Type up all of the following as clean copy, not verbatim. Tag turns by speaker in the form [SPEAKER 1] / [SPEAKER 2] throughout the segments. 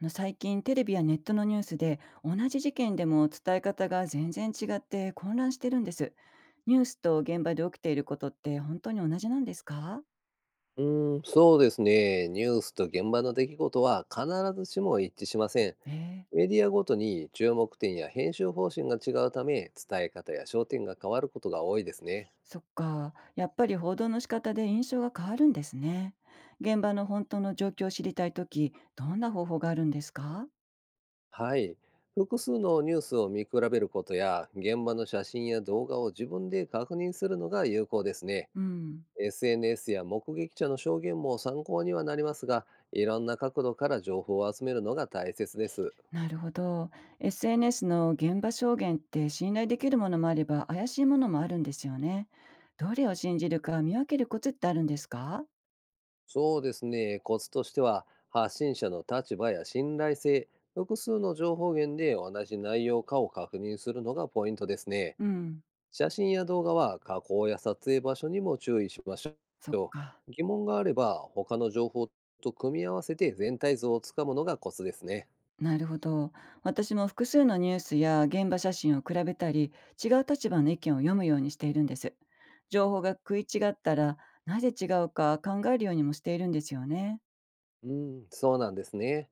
[SPEAKER 1] 最近テレビやネットのニュースで同じ事件でも伝え方が全然違って混乱してるんです。ニュースと現場で起きていることって本当に同じなんですか？
[SPEAKER 2] そうですね。ニュースと現場の出来事は必ずしも一致しません。
[SPEAKER 1] ええ。
[SPEAKER 2] メディアごとに注目点や編集方針が違うため、伝え方や焦点が変わることが多いですね。
[SPEAKER 1] そっか。やっぱり報道の仕方で印象が変わるんですね。現場の本当の状況を知りたいとき、どんな方法があるんですか？
[SPEAKER 2] はい。複数のニュースを見比べることや、現場の写真や動画を自分で確認するのが有効ですね。
[SPEAKER 1] うん。
[SPEAKER 2] SNS や目撃者の証言も参考にはなりますが、いろんな角度から情報を集めるのが大切です。
[SPEAKER 1] なるほど。SNS の現場証言って信頼できるものもあれば怪しいものもあるんですよね。どれを信じるか見分けるコツってあるんですか？
[SPEAKER 2] そうですね。コツとしては、発信者の立場や信頼性、複数の情報源で同じ内容かを確認するのがポイントですね。
[SPEAKER 1] うん、
[SPEAKER 2] 写真や動画は加工や撮影場所にも注意しまし
[SPEAKER 1] そっ
[SPEAKER 2] ょ
[SPEAKER 1] か。
[SPEAKER 2] う。疑問があれば、他の情報と組み合わせて全体像をつかむのがコツですね。
[SPEAKER 1] なるほど。私も複数のニュースや現場写真を比べたり、違う立場の意見を読むようにしているんです。情報が食い違ったら、なぜ違うか考えるようにもしているんですよね。
[SPEAKER 2] うん、そうなんですね。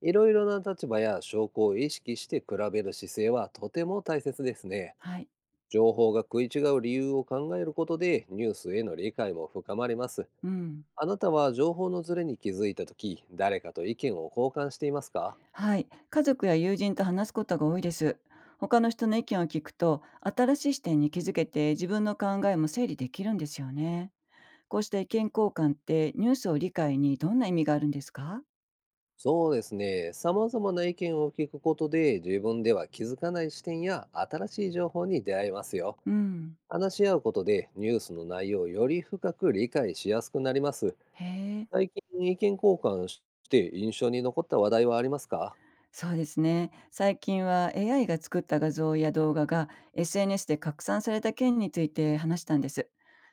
[SPEAKER 2] いろいろな立場や証拠を意識して比べる姿勢はとても大切ですね。
[SPEAKER 1] はい。
[SPEAKER 2] 情報が食い違う理由を考えることでニュースへの理解も深まります。
[SPEAKER 1] うん。
[SPEAKER 2] あなたは情報のズレに気づいた時誰かと意見を交換していますか？
[SPEAKER 1] はい。家族や友人と話すことが多いです。他の人の意見を聞くと、新しい視点に気づけて自分の考えも整理できるんですよね。こうした意見交換ってニュースを理解にどんな意味があるんですか？
[SPEAKER 2] そうですね。様々な意見を聞くことで自分では気づかない視点や新しい情報に出会えますよ。
[SPEAKER 1] うん。
[SPEAKER 2] 話し合うことでニュースの内容をより深く理解しやすくなります。
[SPEAKER 1] へえ。
[SPEAKER 2] 最近意見交換して印象に残った話題はありますか？
[SPEAKER 1] そうですね。最近は AI が作った画像や動画が SNS で拡散された件について話したんです。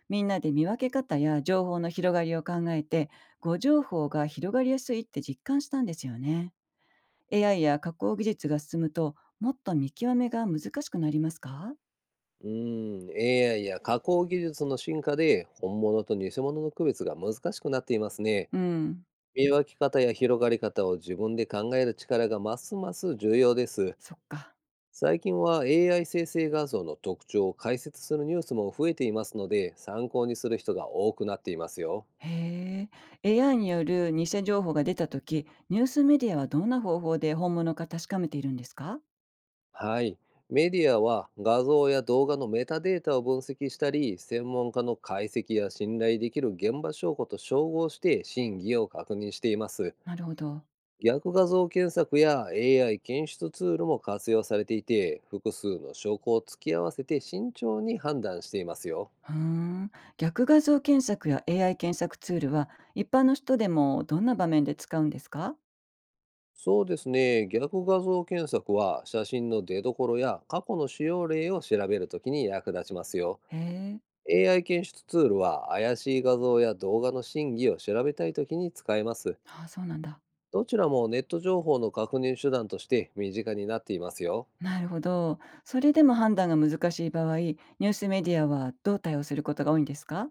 [SPEAKER 1] みんなで見分け方や情報の広がりを考えて、誤情報が広がりやすいって実感したんですよね。AI や加工技術が進むと、もっと見極めが難しくなりますか？
[SPEAKER 2] うーん、AI や加工技術の進化で本物と偽物の区別が難しくなっていますね。
[SPEAKER 1] うん、
[SPEAKER 2] 見分け方や広がり方を自分で考える力がますます重要です。
[SPEAKER 1] そっか。
[SPEAKER 2] 最近は AI 生成画像の特徴を解説するニュースも増えていますので、参考にする人が多くなっていますよ。
[SPEAKER 1] へえ。AI による偽情報が出た時ニュースメディアはどんな方法で本物か確かめているんですか？
[SPEAKER 2] はい。メディアは画像や動画のメタデータを分析したり、専門家の解析や信頼できる現場証拠と照合して真偽を確認しています。
[SPEAKER 1] なるほど。
[SPEAKER 2] 逆画像検索や AI 検出ツールも活用されていて複数の証拠を突き合わせて慎重に判断していますよ。
[SPEAKER 1] うーん。逆画像検索や AI 検索ツールは、一般の人でもどんな場面で使うんですか？
[SPEAKER 2] そうですね。逆画像検索は写真の出どころや過去の使用例を調べるときに役立ちますよ。
[SPEAKER 1] へえ。
[SPEAKER 2] AI 検出ツールは怪しい画像や動画の真偽を調べたいときに使えます。
[SPEAKER 1] ああ、そうなんだ。
[SPEAKER 2] どちらもネット情報の確認手段として身近になっていますよ。
[SPEAKER 1] なるほど。それでも判断が難しい場合、ニュースメディアはどう対応することが多いんですか？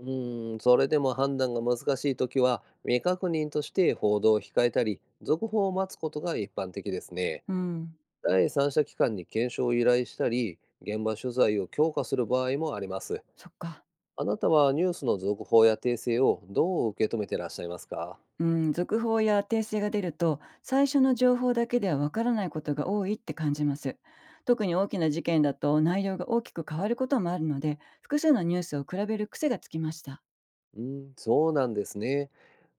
[SPEAKER 2] それでも判断が難しいときは、未確認として報道を控えたり、続報を待つことが一般的ですね。
[SPEAKER 1] うん。
[SPEAKER 2] 第三者機関に検証を依頼したり、現場取材を強化する場合もあります。
[SPEAKER 1] そっか。
[SPEAKER 2] あなたはニュースの続報や訂正をどう受け止めてらっしゃいますか？
[SPEAKER 1] うん、続報や訂正が出ると、最初の情報だけではわからないことが多いって感じます。特に大きな事件だと内容が大きく変わることもあるので、複数のニュースを比べる癖がつきました。
[SPEAKER 2] そうなんですね。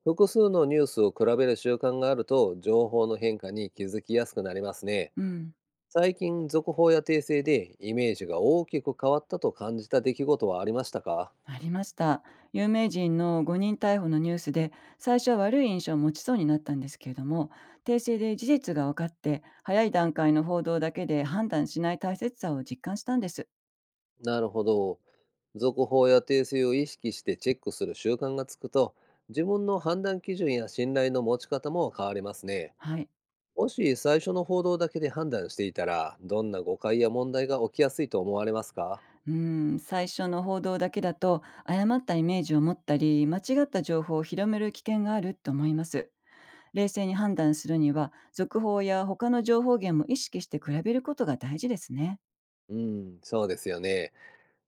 [SPEAKER 2] 複数のニュースを比べる習慣があると、情報の変化に気づきやすくなりますね。
[SPEAKER 1] うん。
[SPEAKER 2] 最近、続報や訂正でイメージが大きく変わったと感じた出来事はありましたか？
[SPEAKER 1] ありました。有名人の誤認逮捕のニュースで最初は悪い印象を持ちそうになったんですけれども、訂正で事実が分かって早い段階の報道だけで判断しない大切さを実感したんです。
[SPEAKER 2] なるほど。続報や訂正を意識してチェックする習慣がつくと、自分の判断基準や信頼の持ち方も変わりますね。
[SPEAKER 1] はい、
[SPEAKER 2] もし最初の報道だけで判断していたら、どんな誤解や問題が起きやすいと思われますか？
[SPEAKER 1] うん。最初の報道だけだと誤ったイメージを持ったり間違った情報を広める危険があると思います。冷静に判断するには続報や他の情報源も意識して比べることが大事ですね。
[SPEAKER 2] うん、そうですよね。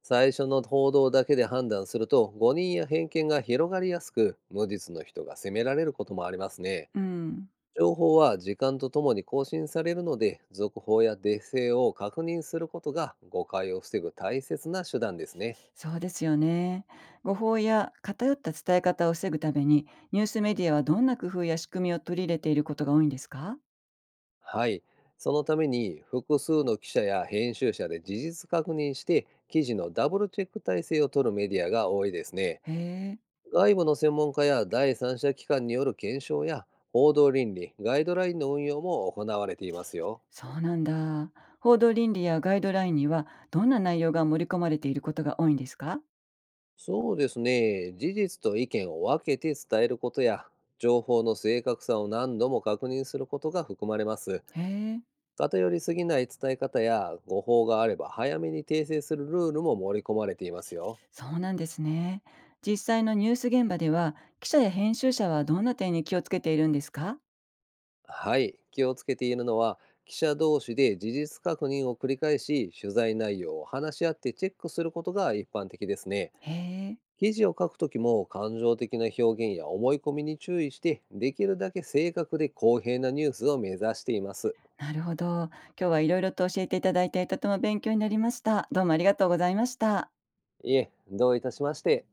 [SPEAKER 2] 最初の報道だけで判断すると、誤認や偏見が広がりやすく、無実の人が責められることもありますね。
[SPEAKER 1] うん。
[SPEAKER 2] 情報は時間とともに更新されるので、続報や訂正を確認することが誤解を防ぐ大切な手段ですね。
[SPEAKER 1] そうですよね。誤報や偏った伝え方を防ぐために、ニュースメディアはどんな工夫や仕組みを取り入れていることが多いんですか？
[SPEAKER 2] はい。そのために複数の記者や編集者で事実確認して記事のダブルチェック体制を取るメディアが多いですね。
[SPEAKER 1] へえ、
[SPEAKER 2] 外部の専門家や第三者機関による検証や報道倫理、ガイドラインの運用も行われていますよ。
[SPEAKER 1] そうなんだ。報道倫理やガイドラインには、どんな内容が盛り込まれていることが多いんですか？
[SPEAKER 2] そうですね。事実と意見を分けて伝えることや、情報の正確さを何度も確認することが含まれます。
[SPEAKER 1] へえ、
[SPEAKER 2] 偏りすぎない伝え方や誤報があれば早めに訂正するルールも盛り込まれていますよ。
[SPEAKER 1] そうなんですね。実際のニュース現場では、記者や編集者はどんな点に気をつけているんですか？
[SPEAKER 2] はい。気をつけているのは、記者同士で事実確認を繰り返し、取材内容を話し合ってチェックすることが一般的ですね。
[SPEAKER 1] へえ、
[SPEAKER 2] 記事を書くときも感情的な表現や思い込みに注意して、できるだけ正確で公平なニュースを目指しています。
[SPEAKER 1] なるほど。今日はいろいろと教えていただいて、とても勉強になりました。どうもありがとうございました。
[SPEAKER 2] いえ、どういたしまして。